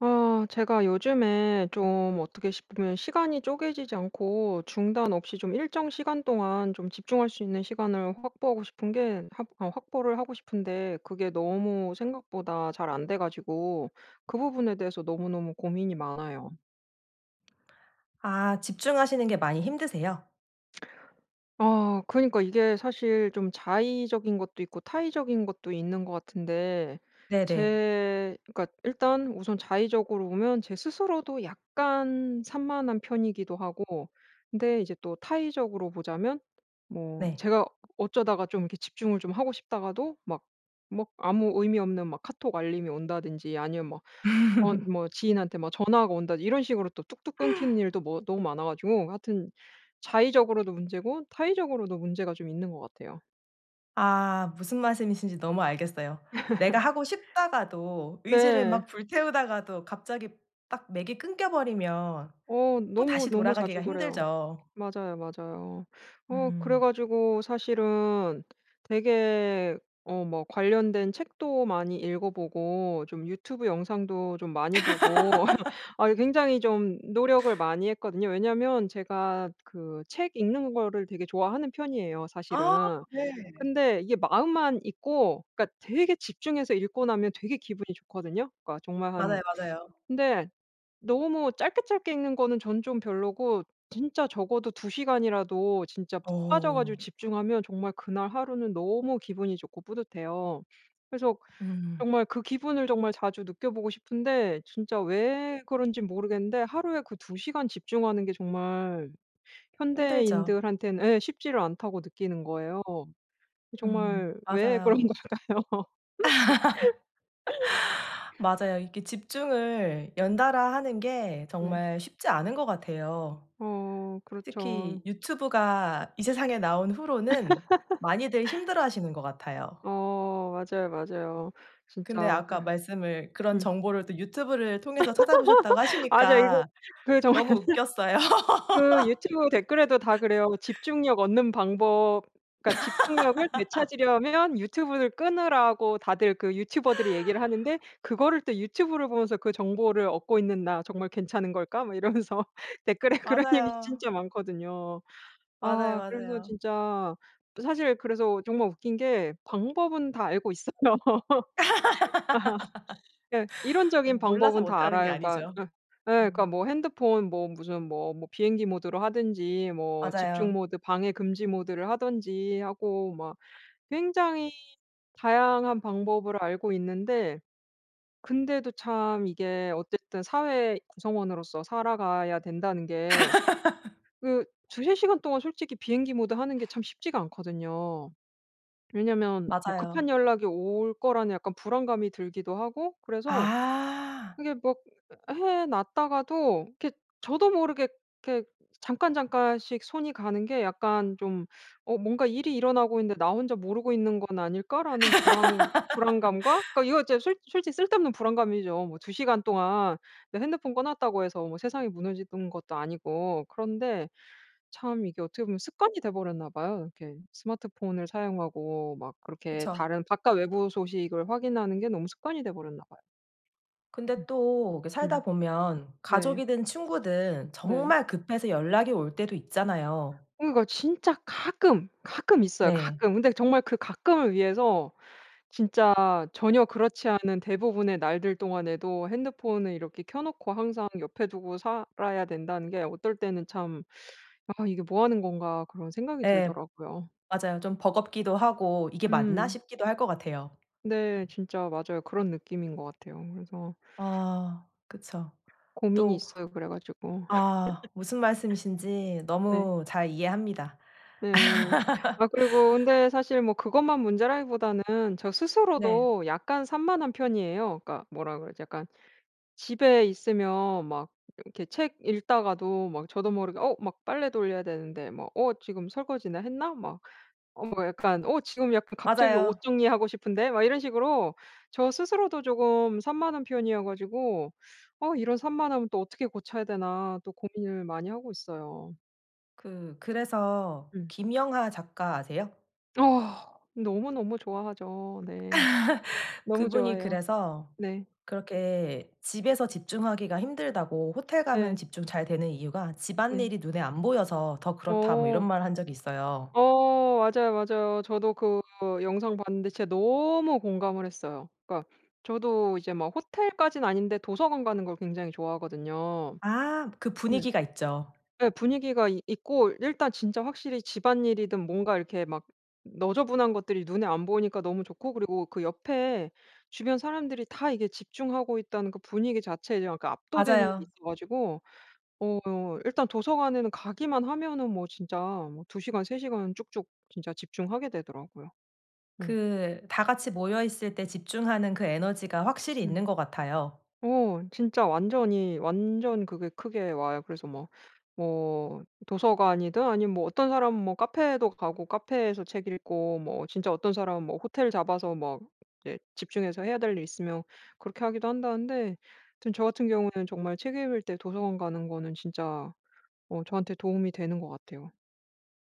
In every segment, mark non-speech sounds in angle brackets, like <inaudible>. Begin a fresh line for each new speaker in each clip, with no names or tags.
아 제가 요즘에 좀 어떻게 싶 보면 시간이 쪼개지지 않고 중단 없이 좀 일정 시간 동안 좀 집중할 수 있는 시간을 확보하고 싶은 게 합 어 확보를 하고 싶은데 그게 너무 생각보다 잘 안 돼 가지고 그 부분에 대해서 너무너무 고민이 많아요.
아 집중하시는 게 많이 힘드세요?
아 그니까 이게 사실 좀 자의적인 것도 있고 타의적인 것도 있는 것 같은데
네네.
제 그러니까 일단 우선 자의적으로 보면 제 스스로도 약간 산만한 편이기도 하고, 근데 이제 또 타의적으로 보자면 뭐
네.
제가 어쩌다가 좀 이렇게 집중을 좀 하고 싶다가도 막 뭐 아무 의미 없는 막 카톡 알림이 온다든지 아니면 막 뭐
<laughs>
지인한테 막 전화가 온다 이런 식으로 또 뚝뚝 끊기는 일도 뭐 너무 많아 가지고, 하여튼 자의적으로도 문제고 타의적으로도 문제가 좀 있는 것 같아요.
아 무슨 말씀이신지 너무 알겠어요. 내가 하고 싶다가도 의지를
네.
막 불태우다가도 갑자기 딱 맥이 끊겨 버리면
어
또
너무,
다시
너무
돌아가기가
자주 그래요.
힘들죠.
맞아요, 맞아요. 어 그래
음.
가지고 사실은 되게 뭐 관련된 책도 많이 읽어 보고 좀 유튜브 영상도 좀 많이 보고 <laughs> 아 굉장히 좀 노력을 많이 했거든요. 왜냐면 제가 그 책 읽는 거를 되게 좋아하는 편이에요,
아
사실은.
네.
근데 이게 마음만 있고, 그러니까 되게 집중해서 읽고 나면 되게 기분이 좋거든요. 그러니까 정말
맞아요,
한
맞아요.
근데 너무 짧게 짧게 읽는 거는 전 좀 별로고, 진짜 적어도 2시간이라도 진짜 푹 빠져 가지고
어.
집중하면 정말 그날 하루는 너무 기분이 좋고 뿌듯해요. 그래서
음.
정말 그 기분을 정말 자주 느껴보고 싶은데, 진짜 왜 그런지 모르겠는데 하루에 그 2시간 집중하는 게 정말
힘들죠.
현대인들한테는 예 쉽지를 않다고 느끼는 거예요.
음.
정말 왜 그런
맞아요.
걸까요? <laughs>
맞아요. 이게 집중을 연달아 하는 게
네.
정말 쉽지 않은 것 같아요.
어 그렇죠.
특히 유튜브가 이 세상에 나온 후로는 많이들 힘들어하시는 것 같아요.
어 맞아요, 맞아요.
근데
진짜
아까
그래.
말씀을 그런
음.
정보를 또 유튜브를 통해서 찾아보셨다고
맞아요. 이거
하시니까
그 정말
너무
<laughs>
웃겼어요. <laughs>
그 유튜브 댓글에도 다 그래요. 집중력 얻는 방법, 그러니까 집중력을 되찾으려면 유튜브를 끊으라고 다들 그 유튜버들이 얘기를 하는데, 그거를 또 유튜브를 보면서 그 정보를 얻고 있는 나 정말 괜찮은 걸까? 막 이러면서 <laughs> 댓글에 그런 얘기
맞아요.
진짜 많거든요.
맞아요,
아 그래서
맞아요.
진짜 사실 그래서 정말 웃긴 게 방법은 다 알고 있어요. <laughs> 예. 이론적인
몰라서
방법은 다
못하는 게
알아요. 그러니까
아니죠.
예. 예.
음.
그러니까 뭐 핸드폰 뭐 무슨 뭐 비행기 모드로 하든지, 뭐 집중
맞아요.
모드, 방해 금지 모드를 하든지 하고 막 굉장히 다양한 방법을 알고 있는데, 근데도 참 이게 어쨌든 사회 구성원으로서 살아가야 된다는 게, 그 2-3 시간 동안 솔직히 비행기 모드 하는 게 참 쉽지가 않거든요. 왜냐면 뭐 급한
맞아요.
연락이 올 거라는 약간 불안감이 들기도 하고, 그래서
아
이게 막 해 놨다가도 이렇게 저도 모르게 이렇게 잠깐 잠깐씩 손이 가는 게 약간 좀 '어 뭔가 일이 일어나고 있는데 나 혼자 모르고 있는 건 아닐까?'라는 불안감과, 그러니까 이거 이제 솔 솔직히 쓸데없는 불안감이죠. 뭐 2시간 동안 내 핸드폰 꺼 놨다고 해서 뭐 세상이 무너지는 것도 아니고. 그런데 참 이게 어떻게 보면 습관이 돼 버렸나 봐요. 이렇게 스마트폰을 사용하고 막 그렇게
그쵸.
다른 바깥 외부 소식을 확인하는 게 너무 습관이 돼 버렸나 봐요.
근데
음.
또 이렇게 살다
음.
보면
네.
가족이든 친구든
네.
정말 급해서 연락이 올 때도 있잖아요.
그러니까 진짜 가끔, 가끔 있어요,
네.
가끔. 근데 정말 그 가끔을 위해서 진짜 전혀 그렇지 않은 대부분의 날들 동안에도 핸드폰을 이렇게 켜 놓고 항상 옆에 두고 살아야 된다는 게 어떨 때는 참 '아 이게 뭐 하는 건가.' 그런 생각이
예.
들더라고요.
맞아요. 좀 버겁기도 하고 '이게 맞나?'
음.
싶기도 할 것 같아요.
네. 진짜 맞아요. 그런 느낌인 것 같아요. 그래서
아 그쵸.
고민이
또
있어요, 그래 가지고.
아 무슨 말씀이신지
네.
너무 잘 이해합니다.
네. 아 그리고 근데 사실 뭐 그것만 문제라기보다는 저
네.
스스로도 약간 산만한 편이에요. 그러니까 뭐라 그러지? 약간 집에 있으면 막 이렇게 책 읽다가도 막 저도 모르게 '어 막 빨래 돌려야 되는데.' 막 '어 지금 설거지나 했나?' 막 어 뭐 약간 '어 지금 약간 갑자기
맞아요.
옷 정리하고 싶은데.' 막 이런 식으로 저 스스로도 조금 산만한 편이어 가지고 '어 이런 산만함은 또 어떻게 고쳐야 되나.' 또 고민을 많이 하고 있어요.
그래서
음.
김영하 작가 아세요?
어. 너무너무 좋아하죠. 네. 너무
그분이
좋아해요.
그래서
네.
그렇게 집에서 집중하기가 힘들다고 호텔 가면
네.
집중 잘 되는 이유가
네.
집안일이 눈에 안 보여서 더 그렇다 뭐 이런
어.
말을 한 적이 있어요.
어 맞아요, 맞아요. 저도 그 영상 봤는데 진짜 너무 공감을 했어요. 그러니까 저도 이제 막 호텔까진 아닌데 도서관 가는 걸 굉장히 좋아하거든요.
아 그 분위기가 있죠.
예 분위기가 이 있고 일단 진짜 확실히 집안일이든 뭔가 이렇게 막 너저분한 것들이 눈에 안 보이니까 너무 좋고, 그리고 그 옆에 주변 사람들이 다 이게 집중하고 있다는 그 분위기 자체에 약간 압도되는 게
맞아요.
있어 가지고 어 일단 도서관에는 가기만 하면은 뭐 진짜 뭐 2 시간 3 시간 쭉쭉 진짜 집중하게 되더라고요.
그 다 같이 모여 있을 때 집중하는 그 에너지가 확실히
음.
있는 것 같아요.
어 진짜 완전히 완전 그게 크게 와요. 그래서 뭐 뭐 도서관이든 아니면 뭐 어떤 사람은 뭐 카페도 가고 카페에서 책 읽고, 뭐 진짜 어떤 사람은 뭐 호텔 잡아서 뭐 이제 집중해서 해야 될 일 있으면 그렇게 하기도 한다는데, 아무튼 저 같은 경우에는 정말 책 읽을 때 도서관 가는 거는 진짜 어 저한테 도움이 되는 것 같아요.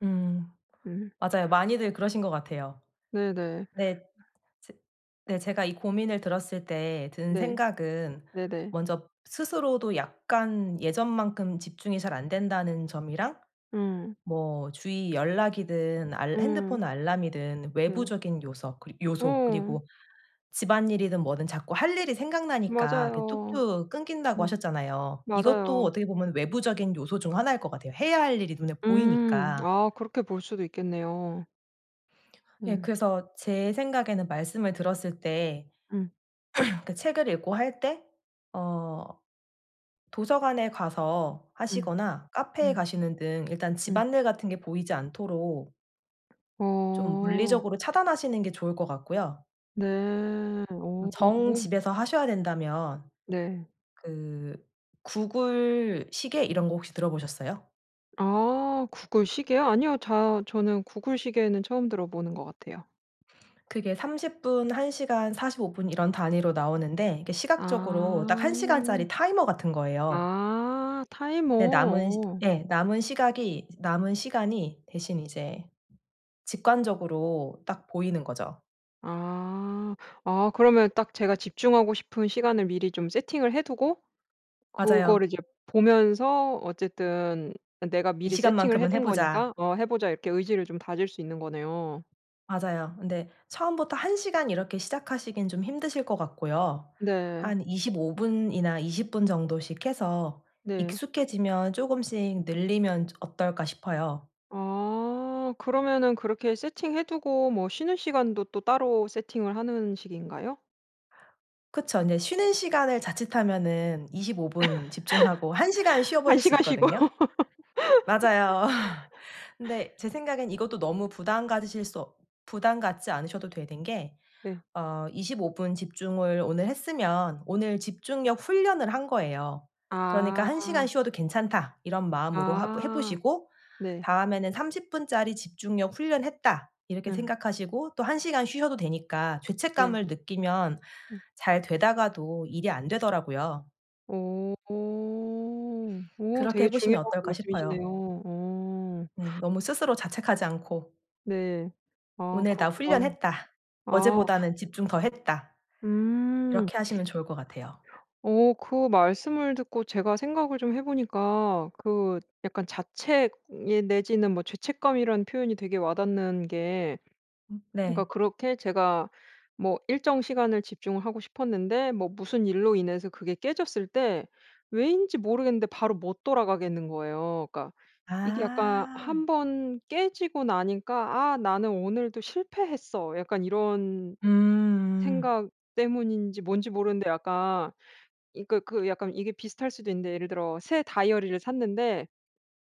음.
음.
맞아요. 많이들 그러신 것 같아요.
네네.
네. 제 네 제가 이 고민을 들었을 때 든
네.
생각은
네네.
먼저 스스로도 약간 예전만큼 집중이 잘 안 된다는 점이랑
음.
뭐 주위 연락이든 알 핸드폰
음.
알람이든
네.
외부적인 요소
어
그리고 집안일이든 뭐든 자꾸 할 일이 생각나니까 그
맞아요.
뚝뚝 끊긴다고
음
하셨잖아요. 이것도
맞아요.
어떻게 보면 외부적인 요소 중 하나일 것 같아요. 해야 할 일이 눈에
음.
보이니까.
아 그렇게 볼 수도 있겠네요.
예
음.
그래서 제 생각에는 말씀을 들었을 때
음.
그 책을 읽고 할 때 어 도서관에 가서
음.
하시거나 카페에
음.
가시는 등 일단
음.
집안일 같은 게 보이지 않도록 좀
어.
물리적으로 차단하시는 게 좋을 것 같고요.
네. 오
정
이거
집에서 하셔야 된다면
네.
그 구글 시계 이런 거 혹시 들어보셨어요?
아 구글 시계요? 아니요. 자 저는 구글 시계는 처음 들어보는 것 같아요.
그게 30 분, 1 시간, 45분 이런 단위로 나오는데 이게 시각적으로
아.
딱 1 시간짜리 타이머 같은 거예요.
아 타이머.
네 남은 시
어.
예 남은 시각이 남은 시간이 대신 이제 직관적으로 딱 보이는 거죠.
아. 아 그러면 딱 제가 집중하고 싶은 시간을 미리 좀 세팅을 해 두고 그거를
맞아요.
이제 보면서 어쨌든 '내가
"이
미리 세팅을 해
시간만큼은 해
둔
보자."
거니까 어 해 보자.' 이렇게 의지를 좀 다질 수 있는 거네요.
맞아요. 근데 처음부터 1 시간 이렇게 시작하시긴 좀 힘드실 것 같고요.
네.
한 25 분이나 20분 정도씩 해서
네.
익숙해지면 조금씩 늘리면 어떨까 싶어요.
아 그러면은 그렇게 세팅해 두고 뭐 쉬는 시간도 또 따로 세팅을 하는 식인가요?
그쵸. 이제 쉬는 시간을 자칫하면은 25분 집중하고 1 시간
한
쉬어버릴 수
시간 쉬고.
있거든요.
<laughs>
맞아요. <laughs> 근데 제 생각엔 이것도 너무 부담 가지실 수 없 부담 갖지 않으셔도 되는 게
네.
어 25분 집중을 오늘 했으면 오늘 집중력 훈련을 한 거예요. 그러니까
아.
'1 시간 쉬어도 괜찮다.' 이런 마음으로 하 해
아.
보시고
네.
다음에는 30 분짜리 집중력 훈련했다 이렇게
응.
생각하시고 또 1 시간 쉬셔도 되니까
네.
죄책감을 느끼면
음.
잘 되다가도 일이 안 되더라고요.
오. 오
그렇게 해
되게
보시면
중요한
어떨까 싶어요.
말씀이시네요. 어.
네. 너무 스스로 자책하지 않고
네. 아
'오늘 나
그렇구나.
훈련했다.
아.
어제보다는 집중 더 했다.'
음.
이렇게 하시면 좋을 것 같아요.
어 그 말씀을 듣고 제가 생각을 좀 해 보니까 그 약간 자책 예 내지는 뭐 죄책감이라는 표현이 되게 와닿는 게, 그러니까
네.
그렇게 제가 뭐 일정 시간을 집중을 하고 싶었는데 뭐 무슨 일로 인해서 그게 깨졌을 때 왜인지 모르겠는데 바로 못 돌아가겠는 거예요. 그러니까 이게 약간
아.
한번 깨지고 나니까 '아 나는 오늘도 실패했어.' 약간 이런
음.
생각 때문인지 뭔지 모르는데 약간 그러니까 그 약간 이게 비슷할 수도 있는데, 예를 들어 새 다이어리를 샀는데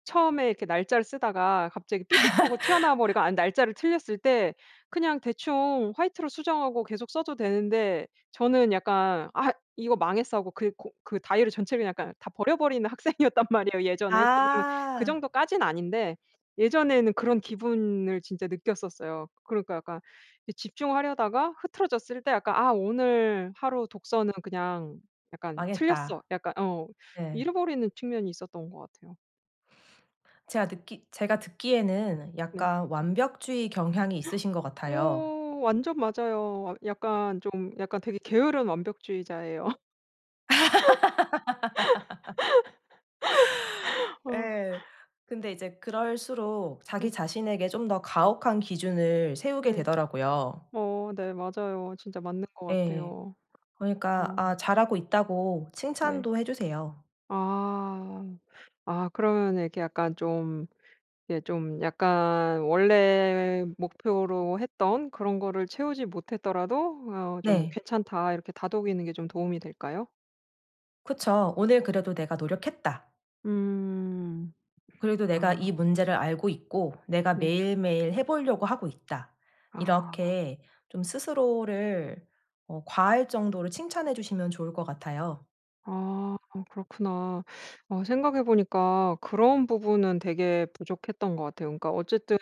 처음에 이렇게 날짜를 쓰다가 갑자기 삐죽하고 튀어나와 버리거나 아니면 날짜를 틀렸을 때 그냥 대충 화이트로 수정하고 계속 써도 되는데, 저는 약간 '아 이거 망했어.' 하고 그 고 그 다이어리 전체를 그냥 약간 다 버려 버리는 학생이었단 <laughs> 말이에요, 예전에. 지금은 그
아.
정도까진 아닌데 예전에는 그런 기분을 진짜 느꼈었어요. 그러니까 약간 이 집중하려다가 흐트러졌을 때 약간 '아 오늘 하루 독서는 그냥 약간 틀렸어.'
망했다.
약간 어
네.
잃어버리는 측면이 있었던 것 같아요.
제가 듣기에는
네.
약간 완벽주의 경향이 있으신 것 같아요.
오 완전 맞아요. 아 약간 좀 약간 되게 게으른 완벽주의자예요. <laughs> 어
예. 근데 이제 그럴수록 자기
네.
자신에게 좀 더 가혹한 기준을 세우게
네.
되더라고요.
어 네 맞아요. 진짜 맞는 것
예.
같아요.
그러니까
어
아 잘하고 있다고
네.
칭찬도 해 주세요.
아. 아 그러면 이렇게 약간 좀 예, 좀 약간 원래 목표로 했던 그런 거를 채우지 못했더라도 어 좀
네.
'괜찮다.' 이렇게 다독이는 게 좀 도움이 될까요?
그쵸. '오늘 그래도 내가 노력했다.'
음.
그래도 '내가
아
이 문제를 알고 있고 내가
네.
매일매일 해 보려고 하고 있다.'
아.
이렇게 좀 스스로를 어 과할 정도로 칭찬해 주시면 좋을 것 같아요.
아 그렇구나. 어 생각해 보니까 그런 부분은 되게 부족했던 것 같아요. 그러니까 어쨌든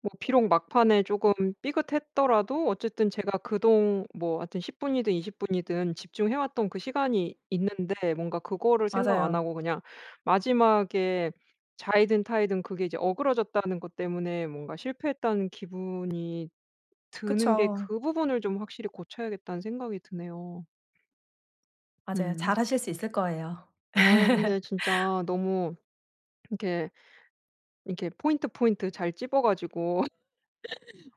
뭐 비록 막판에 조금 삐긋했더라도 어쨌든 제가 그동 뭐 하여튼 10 분이든 20 분이든 집중해 왔던 그 시간이 있는데, 뭔가 그거를 생각 안
맞아요.
하고 그냥 마지막에 자이든 타이든 그게 이제 어그러졌다는 것 때문에 뭔가 실패했다는 기분이 드는 게,
그쵸.
그 부분을 좀 확실히 고쳐야겠다는 생각이 드네요.
맞아요.
음.
잘하실 수 있을 거예요.
어 근데
<laughs>
진짜 너무 이렇게, 이렇게 포인트, 포인트 잘 찝어 가지고 <laughs>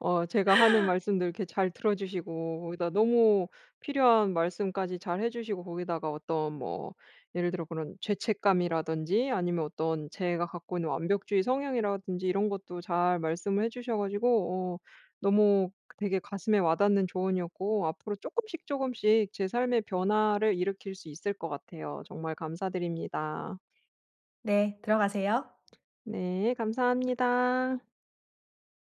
어 제가 하는 말씀들 이렇게 잘 들어 주시고, 거기다 너무 필요한 말씀까지 잘 해 주시고, 거기다가 어떤 뭐 예를 들어 그런 죄책감이라든지 아니면 어떤 제가 갖고 있는 완벽주의 성향이라든지 이런 것도 잘 말씀을 해 주셔 가지고 어 너무 되게 가슴에 와닿는 조언이었고, 앞으로 조금씩 조금씩 제 삶의 변화를 일으킬 수 있을 것 같아요. 정말 감사드립니다.
네. 들어가세요.
네, 감사합니다.